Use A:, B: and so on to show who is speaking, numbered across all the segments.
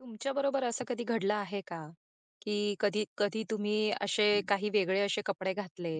A: तुमच्या बरोबर असं कधी घडलं आहे का? की कधी कधी तुम्ही असे काही वेगळे असे कपडे घातले,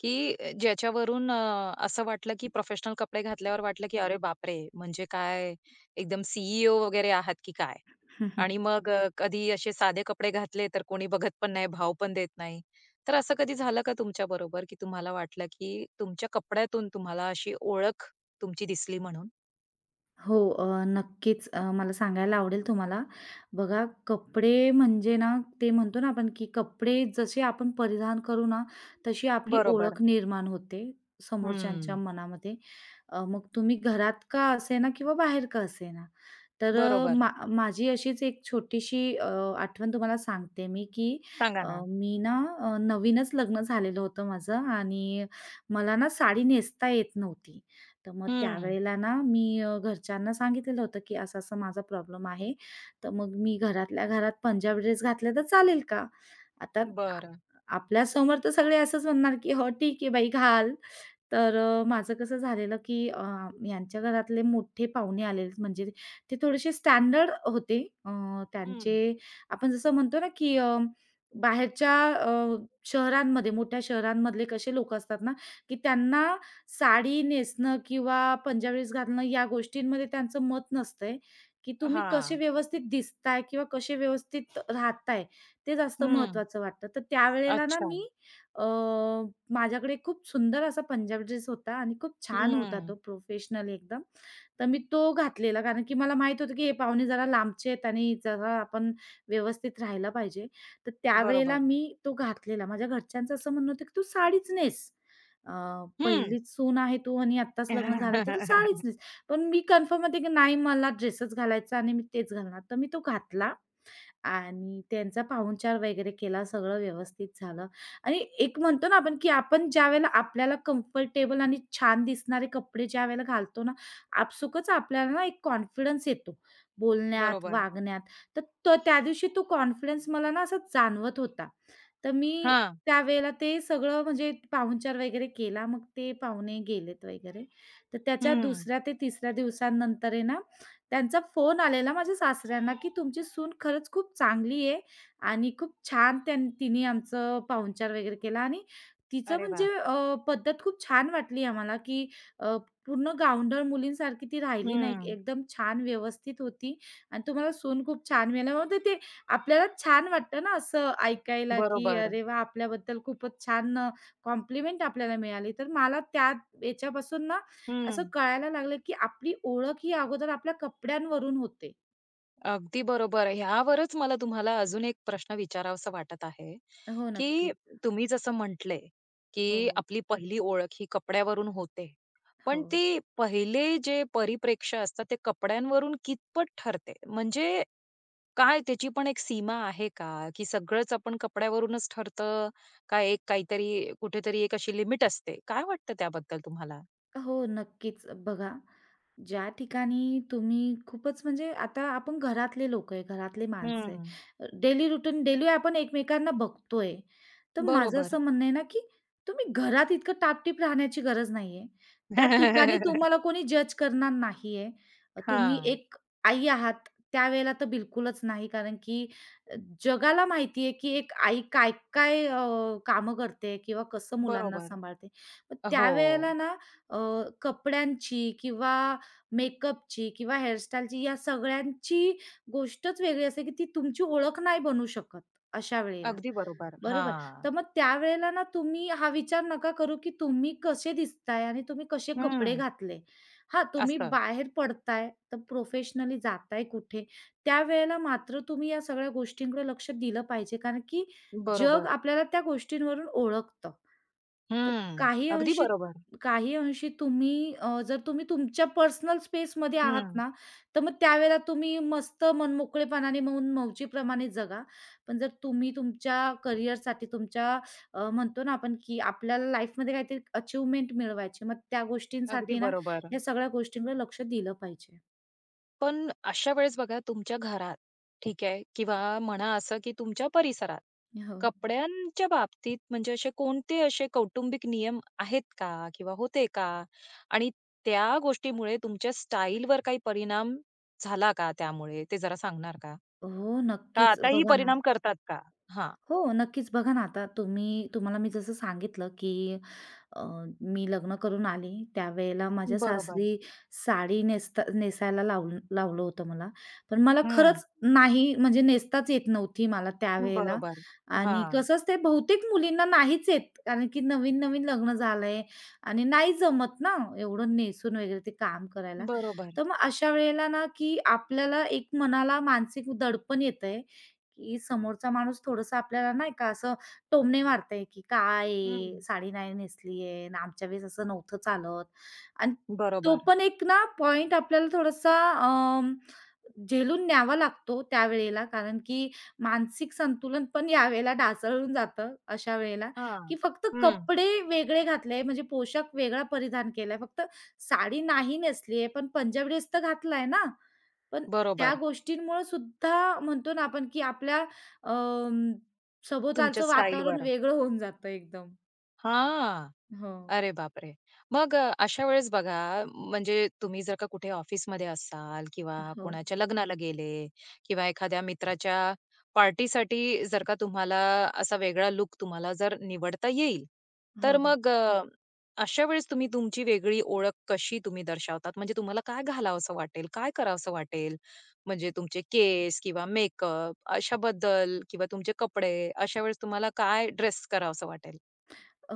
A: की ज्याच्यावरून असं वाटलं की प्रोफेशनल कपडे घातल्यावर वाटलं की "अरे बापरे! म्हणजे काय एकदम CEO वगैरे आहात की काय?"
B: हं,
A: आणि मग कधी असे साधे कपडे घातले तर कोणी बघत पण नाही, भाव पण देत नाही. तर असं कधी झालं का तुमच्याबरोबर की तुम्हाला वाटलं की तुमच्या कपड्यातून तुम्हाला अशी ओळख तुमची दिसली म्हणून?
B: हो, नक्कीच मला सांगायला आवडेल तुम्हाला. बघा, कपडे म्हणजे ना, ते म्हणतो ना आपण, की कपडे जसे आपण परिधान करू ना, तशी आपली
A: बरोबर.
B: ओळख निर्माण होते समोरच्यांच्या
A: हं.
B: मनामध्ये. मग तुम्ही घरात का असेना किंवा बाहेर का असे ना तर
A: बरोबर.
B: माझी अशीच एक छोटीशी आठवण तुम्हाला सांगते मी, की
A: सांगा ना.
B: मी ना नवीनच लग्न झालेलं होतं माझं आणि मला ना साडी नेसता येत नव्हती. तर मग
A: हं.
B: त्यावेळेला ना मी घरच्यांना सांगितलेलं होतं, की असं-असं माझा प्रॉब्लेम आहे. तर मग मी घरातल्या घरात पंजाबी ड्रेस घातले तर चालेल का? आता आ
A: बरं.
B: आपल्यासमोर तर सगळे असंच म्हणणार, की "हो ठीक आहे बाई घाल." तर माझं कसं झालेलं, की यांच्या घरातले मोठे पाहुणे आलेले म्हणजे ते थोडेसे स्टँडर्ड होते. त्यांचे
A: हं.
B: आपण जसं म्हणतो ना, की बाहेरच्या अ, शहरांमध्ये मोठ्या शहरांमधले कसे लोकं असतात ना, की त्यांना साडी नेसणं किंवा पंजाबी ड्रेस घालणं या गोष्टींमध्ये त्यांचं मत नसतंय, की तुम्ही कसे
A: हां.
B: व्यवस्थित दिसताय किंवा कसे व्यवस्थित राहताय, ते जास्त
A: हं.
B: महत्त्वाचं वाटतं. तर त्यावेळेला ना
A: अच्छा.
B: मी अ, माझ्याकडे खूप सुंदर असा पंजाबी ड्रेस होता आणि खूप छान होता
A: हं.
B: तो प्रोफेशनल एकदम. तर मी तो घातलेला कारण की मला माहीत होतं की हे पाहुणे जरा लांबचे आहेत आणि जरा आपण व्यवस्थित राहायला पाहिजे. तर त्यावेळेला
A: बरोबर.
B: मी तो घातलेला. माझ्या घरच्यांचं असं म्हणणं होतं की "तू साडीच नेस. अ,
A: हं.
B: पहिलीच सून आहे तू आणि आत्ताच लग्न झालं तर तू साडीच नेस." पण मी कन्फर्म होते की नाही मला ड्रेसच घालायचा आणि मी तेच घालणार. तर मी तो घातला आणि त्यांचा पाहुणचार वगैरे केला, सगळं व्यवस्थित झालं आणि एक म्हणतो ना आपण, की आपण ज्यावेळेला आपल्याला कम्फर्टेबल आणि छान दिसणारे कपडे ज्यावेळेला घालतो ना, आपसुकच आपल्याला ना एक कॉन्फिडन्स येतो बोलण्यात,
A: बरोबर.
B: वागण्यात. तर तो त्या दिवशी तो कॉन्फिडन्स मला ना असा जाणवत होता. तर मी
A: हां.
B: त्यावेळेला ते सगळं म्हणजे पाहुणचार वगैरे केला. मग ते पाहुणे गेलेत वगैरे. तर त्याच्या
A: हं.
B: दुसऱ्या ते तिसऱ्या दिवसानंतर आहे ना त्यांचा फोन आलेला माझ्या सासऱ्यांना, की तुमची सून खरंच खूप चांगली आहे आणि खूप छान तिने आमचं पाहुणचार वगैरे केला आणि तिचं
A: अरे
B: म्हणजे
A: वाह!
B: पद्धत खूप छान वाटली आम्हाला, की अ, पूर्ण गावंढळ मुलींसारखी ती राहिली नाही.
A: हं.
B: एकदम छान व्यवस्थित होती आणि तुम्हाला सून खूप छान मिळाल्यामुळे ते आपल्याला छान वाटतं ना असं ऐकायला, की
A: बरोबर.
B: अरे वाह! आपल्याबद्दल खूपच छान कॉम्प्लिमेंट आपल्याला मिळाली. तर मला त्या याच्यापासून ना असं
A: हं.
B: कळायला लागलं, की आपली ओळख ही अगोदर आपल्या कपड्यांवरून होते.
A: अगदी बरोबर. ह्यावरच मला तुम्हाला अजून एक प्रश्न विचारावासा वाटत आहे,
B: हो,
A: की
B: नक्कीच.
A: तुम्ही जसं म्हटले, की
B: हो,
A: आपली पहिली ओळख ही कपड्यावरून होते.
B: हो.
A: पण ते पहिले जे परिप्रेक्ष्य असतात ते कपड्यांवरून कितपत ठरते? म्हणजे काय त्याची पण एक सीमा आहे का? की सगळंच आपण कपड्यावरूनच ठरतं, का एक काहीतरी कुठेतरी एक अशी लिमिट असते? काय वाटतं त्याबद्दल तुम्हाला?
B: हो, नक्कीच. बघा ज्या ठिकाणी तुम्ही खूपच म्हणजे आता आपण घरातले लोक आहे, घरातले माणसं
A: हं.
B: आहे. डेली रुटीन डेली आपण एकमेकांना बघतोय. तर माझं
A: बरोबर.
B: असं म्हणणं आहे ना, की तुम्ही घरात इतकं टापटीप राहण्याची गरज नाहीये. त्या ठिकाणी तुम्हाला कोणी जज करणार नाहीये. तुम्ही
A: हां.
B: एक आई आहात, त्यावेळेला तर बिलकुलच नाही. कारण की जगाला माहिती आहे, की एक आई काय-काय कामं करते किंवा कसं मुलांना
A: बरोबर.
B: सांभाळते. मग
A: हो.
B: त्यावेळेला ना अ, कपड्यांची किंवा मेकअपची किंवा हेअरस्टाईलची या सगळ्यांची गोष्टच वेगळी असते, की ती तुमची ओळख नाही बनू शकत अशा वेळेला.
A: अगदी बरोबर.
B: बरोबर.
A: हां.
B: तर मग त्यावेळेला ना तुम्ही हा विचार नका करू, की तुम्ही कसे दिसताय आणि तुम्ही कसे कपडे
A: हं.
B: घातले. हां, तुम्ही
A: असं.
B: बाहेर पडताय, तर प्रोफेशनली जाताय कुठे, त्यावेळेला मात्र तुम्ही या सगळ्या गोष्टींकडे लक्ष दिलं पाहिजे. कारण की जग
A: बरोबर.
B: आपल्याला त्या गोष्टींवरून ओळखतं. तर
A: हं.
B: काही
A: अगदी
B: अंशी
A: बरोबर.
B: काही अंशी तुम्ही जर तुम्ही तुमच्या पर्सनल स्पेसमध्ये आहात
A: हं.
B: ना, तर मग त्यावेळेला तुम्ही मस्त मनमोकळेपणाने, मन मौजीप्रमाणे जगा. पण जर तुम्ही तुमच्या करिअरसाठी तुमच्या म्हणतो ना आपण, की आपल्याला लाईफमध्ये काहीतरी अचीव्हमेंट मिळवायची, मग त्या
A: अगदी
B: गोष्टींसाठी ना,
A: बरोबर.
B: ह्या सगळ्या गोष्टींकडे लक्ष दिलं पाहिजे.
A: पण अशा वेळेस बघा तुमच्या घरात, ठीक आहे किंवा म्हणा असं की तुमच्या परिसरात,
B: हो.
A: कपड्यांच्या बाबतीत म्हणजे असे कोणते असे कौटुंबिक नियम आहेत का? किंवा होते का? आणि त्या गोष्टीमुळे तुमच्या स्टाईलवर काही परिणाम झाला का त्यामुळे? ते जरा सांगणार का?
B: हो,
A: का
B: नक्कीच.
A: आताही
B: बघा ना
A: परिणाम करतात का? हां.
B: हो, नक्कीच. बघा ना, आता तुम्ही तुम्हाला मी जसं सांगितलं, की अ, मी लग्न करून आले, त्यावेळेला माझ्या
A: बरोबर.
B: सासरी साडी नेसायला लावलं होतं मला. पण मला
A: हं.
B: खरंच नाही म्हणजे नेसताच येत नव्हती मला त्यावेळेला
A: बरोबर.
B: आणि
A: हां.
B: कसंच ते बहुतेक मुलींना नाहीच येत. कारण की नवीन-नवीन लग्न झालंय आणि नाही जमत ना एवढं नेसून वगैरे ते काम करायला.
A: बरोबर.
B: तर मग अशा वेळेला ना, की आपल्याला एक मनाला मानसिक दडपण येतंय की समोरचा माणूस थोडंसं आपल्याला नाही का असं टोमणे मारतंय, की "काय आहे?
A: हं.
B: साडी नाही नेसली आहे आणि आमच्या वेळेस असं नव्हतं चालत." आणि तो
A: बरोबर.
B: पण एक ना पॉइंट आपल्याला थोडासा अं, झेलून न्यावा लागतो त्यावेळेला. कारण की मानसिक संतुलन पण यावेळेला ढासळून जातं अशा वेळेला,
A: हां.
B: की फक्त
A: हं.
B: कपडे वेगळे घातले म्हणजे पोशाख वेगळा परिधान केलाय. फक्त साडी नाही नेसली पण पंजाबी ड्रेस तर घातलाय ना. पण त्या
A: बरोबर.
B: गोष्टींमुळं सुद्धा म्हणतो ना आपण, की आपल्या अं,
A: तुमच्या
B: सभोवतालचं वातावरण
A: स्टाईलवर.
B: वेगळं होऊन जातं एकदम.
A: हां.
B: हो.
A: अरे बापरे! मग अशा वेळेस बघा, म्हणजे तुम्ही जर का कुठे ऑफिसमध्ये असाल किंवा
B: हो.
A: कोणाच्या लग्नाला गेले किंवा एखाद्या मित्राच्या पार्टीसाठी जर का तुम्हाला असा वेगळा लूक तुम्हाला जर निवडता येईल,
B: हो,
A: तर
B: हो.
A: मग अशा वेळेस तुम्ही तुमची वेगळी ओळख कशी तुम्ही दर्शवतात? म्हणजे तुम्हाला काय घालावसं वाटेल? काय करावसं वाटेल? म्हणजे तुमचे केस किंवा मेकअप अशाबद्दल किंवा तुमचे कपडे, अशा वेळेस तुम्हाला काय ड्रेस करावसं वाटेल?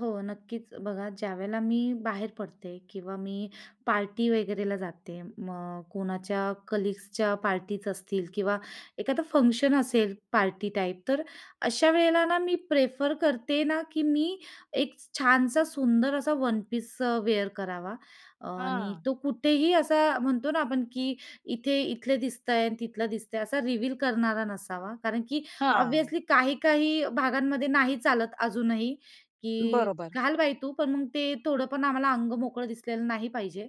B: हो, नक्कीच. बघा, ज्यावेळेला मी बाहेर पडते किंवा मी पार्टी वगैरेला जाते, मग कोणाच्या कलीग्सच्या पार्टीज असतील किंवा एखादं फंक्शन असेल पार्टी टाईप, तर अशा वेळेला ना मी प्रेफर करते ना, की मी एक छानसा सुंदर असा वन पीस वेअर करावा आणि
A: हां,
B: तो कुठेही असा म्हणतो ना आपण, की इथे इथले दिसतंय आणि तिथलं दिसतंय असा रिव्हील करणारा नसावा. कारण की
A: हां.
B: ऑब्व्हियसली काही-काही भागांमध्ये नाही चालत अजूनही. की
A: बरोबर.
B: "घाल बाई तू, पण मग ते थोडं पण आम्हाला अंग मोकळं दिसलेलं नाही पाहिजे."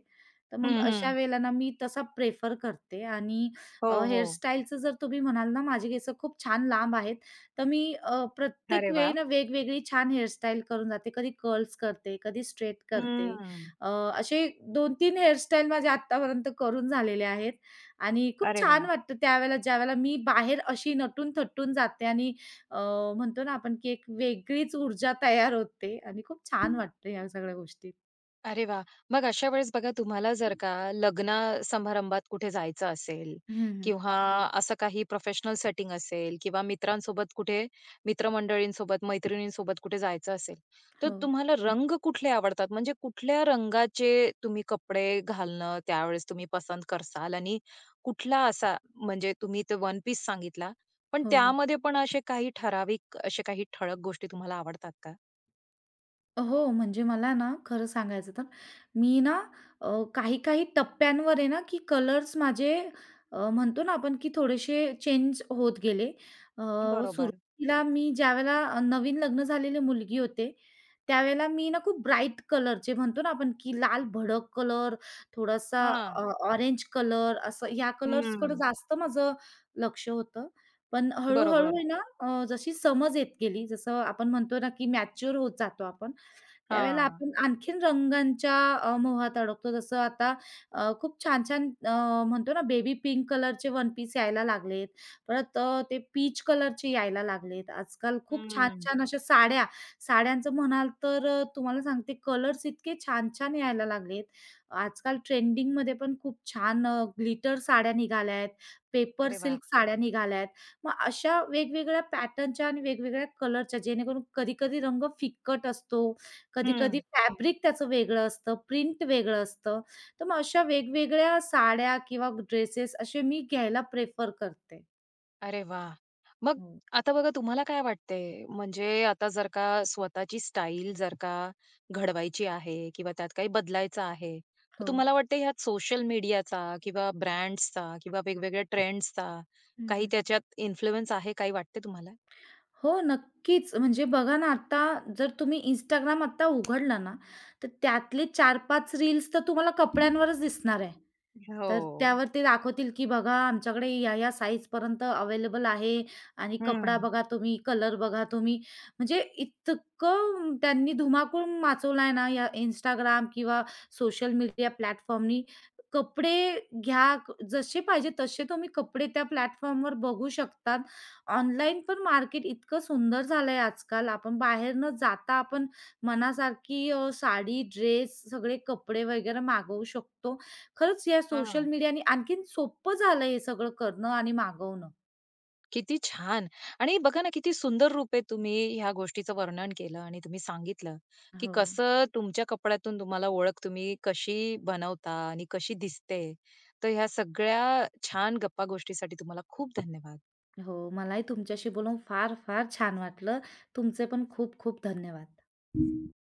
B: तर मग
A: हं,
B: अशा
A: हं.
B: वेळेला ना मी तसा प्रेफर करते आणि
A: हो, हो.
B: हेअरस्टाईलचं जर तुम्ही म्हणाल ना, माझे केस खूप छान लांब आहेत, तर मी प्रत्येक
A: अरे
B: वेळी
A: वाह!
B: ना वेगवेगळी छान हेअरस्टाईल करून जाते. कधी कर्ल्स करते, कधी स्ट्रेट करते.
A: हं.
B: अ, असे 2-3 हेअरस्टाईल माझे आत्तापर्यंत करून झालेले आहेत आणि खूप
A: अरे वा.
B: छान वाटतं त्यावेळेला, ज्यावेळेला मी बाहेर अशी नटून-थटून जाते आणि अ, म्हणतो ना आपण, की एक वेगळीच ऊर्जा तयार होते आणि खूप छान हं. वाटते ह्या सगळ्या गोष्टीत.
A: अरे वा. मग अशा वेळेस बघा तुम्हाला जर का लग्न समारंभात कुठे जायचं असेल
B: हं, हं.
A: किंवा असं काही प्रोफेशनल सेटिंग असेल किंवा मित्रांसोबत कुठे मित्रमंडळींसोबत, मैत्रिणींसोबत कुठे जायचं असेल, तर
B: हो,
A: तुम्हाला रंग कुठले आवडतात? म्हणजे कुठल्या रंगाचे तुम्ही कपडे घालणं त्यावेळेस तुम्ही पसंत करसाल आणि कुठला असा म्हणजे तुम्ही ते वन पीस सांगितला, पण
B: हो, हो.
A: त्यामध्ये पण असे काही ठराविक असे काही ठळक गोष्टी तुम्हाला आवडतात का?
B: हो, म्हणजे मला ना खरं सांगायचं तर, मी ना अ, काही-काही टप्प्यांवर आहे ना, की कलर्स माझे म्हणतो ना आपण, की थोडेसे चेंज होत गेले. अ,
A: बरोबर.
B: सुरुवातीला मी ज्यावेळेला नवीन लग्न झालेली मुलगी होते, त्यावेळेला मी ना खूप ब्राईट कलरचे म्हणतो ना आपण, की लाल भडक कलर, थोडासा अ,
A: हां.
B: ऑरेंज कलर, असं ह्या कलर्सकडं
A: हं.
B: जास्त माझं लक्ष होतं. पण हळू
A: बरोबर.
B: आहे ना, जशी समज येत गेली, जसं आपण म्हणतो ना, की मॅच्युअर होत जातो आपण. त्यावेळेला
A: हां.
B: आपण आणखीन रंगांच्या मोहात अडकतो. जसं आता खूप छान-छान म्हणतो ना बेबी पिंक कलरचे वन पीस यायला लागलेत. परत ते पीच कलरचे यायला लागलेत. आजकाल खूप
A: हं.
B: छान-छान अशा साड्या, साड्यांचं म्हणाल तर तुम्हाला सांगते कलर्स इतके छान-छान यायला लागलेत. आजकाल ट्रेंडिंगमध्ये पण खूप छान ग्लिटर साड्या निघाल्या आहेत, पेपर
A: अरे वाह!
B: सिल्क साड्या निघाल्या आहेत. मग अशा वेगवेगळ्या पॅटर्नच्या आणि वेगवेगळ्या कलरच्या जेणेकरून कधी-कधी रंग फिकट असतो. कधी-कधी
A: हं.
B: फॅब्रिक त्याचं वेगळं असतं, प्रिंट वेगळं असतं. तर मग अशा वेगवेगळ्या साड्या किंवा ड्रेसेस असे मी घ्यायला प्रेफर करते.
A: अरे वाह! मग
B: हो.
A: आता बघा तुम्हाला काय वाटतंय, म्हणजे आता जर का स्वतःची स्टाईल जर का घडवायची आहे किंवा त्यात काही बदलायचं आहे, तर
B: हो.
A: तुम्हाला वाटतं ह्यात सोशल मीडियाचा किंवा ब्रँड्सचा किंवा वेगवेगळ्या ट्रेंड्सचा काही
B: हं,
A: त्याच्यात इन्फ्लुअन्स आहे, काही वाटते तुम्हाला?
B: हो, नक्कीच. म्हणजे बघा ना, आता जर तुम्ही इंस्टाग्राम आता उघडला ना, तर त्यातले 4-5 रील्स तर तुम्हाला कपड्यांवरच दिसणार आहे.
A: हो.
B: तर त्यावर ते दाखवतील, की बघा आमच्याकडे या ह्या साईजपर्यंत अवेलेबल आहे आणि कपडा
A: हं.
B: बघा तुम्ही, कलर बघा तुम्ही. म्हणजे इतकं त्यांनी धुमाकूळ माचवला ना, या Instagram किंवा सोशल मीडिया प्लॅटफॉर्मनी. कपडे घ्या, जसे पाहिजे तसे तुम्ही कपडे त्या प्लॅटफॉर्मवर बघू शकता ऑनलाईन पण मार्केट इतकं सुंदर झालंय आजकाल. आपण बाहेर न जाता आपण मनासारखी साडी, ड्रेस, सगळे कपडे वगैरे मागवू शकतो. खरंच या सोशल
A: हां.
B: मीडियाने आणखीन सोपं झालंय हे सगळं करणं आणि मागवणं.
A: किती छान! आणि बघा ना, किती सुंदर रूपे तुम्ही ह्या गोष्टीचं वर्णन केलं आणि तुम्ही सांगितलं, की
B: हो,
A: कसं तुमच्या कपड्यातून तुम्हाला ओळख तुम्ही कशी बनवता आणि कशी दिसते. तर ह्या सगळ्या छान गप्पा गोष्टीसाठी तुम्हाला खूप धन्यवाद.
B: हो. मलाही तुमच्याशी बोलून फार, फार छान वाटलं. तुमचे पण खूप खूप धन्यवाद.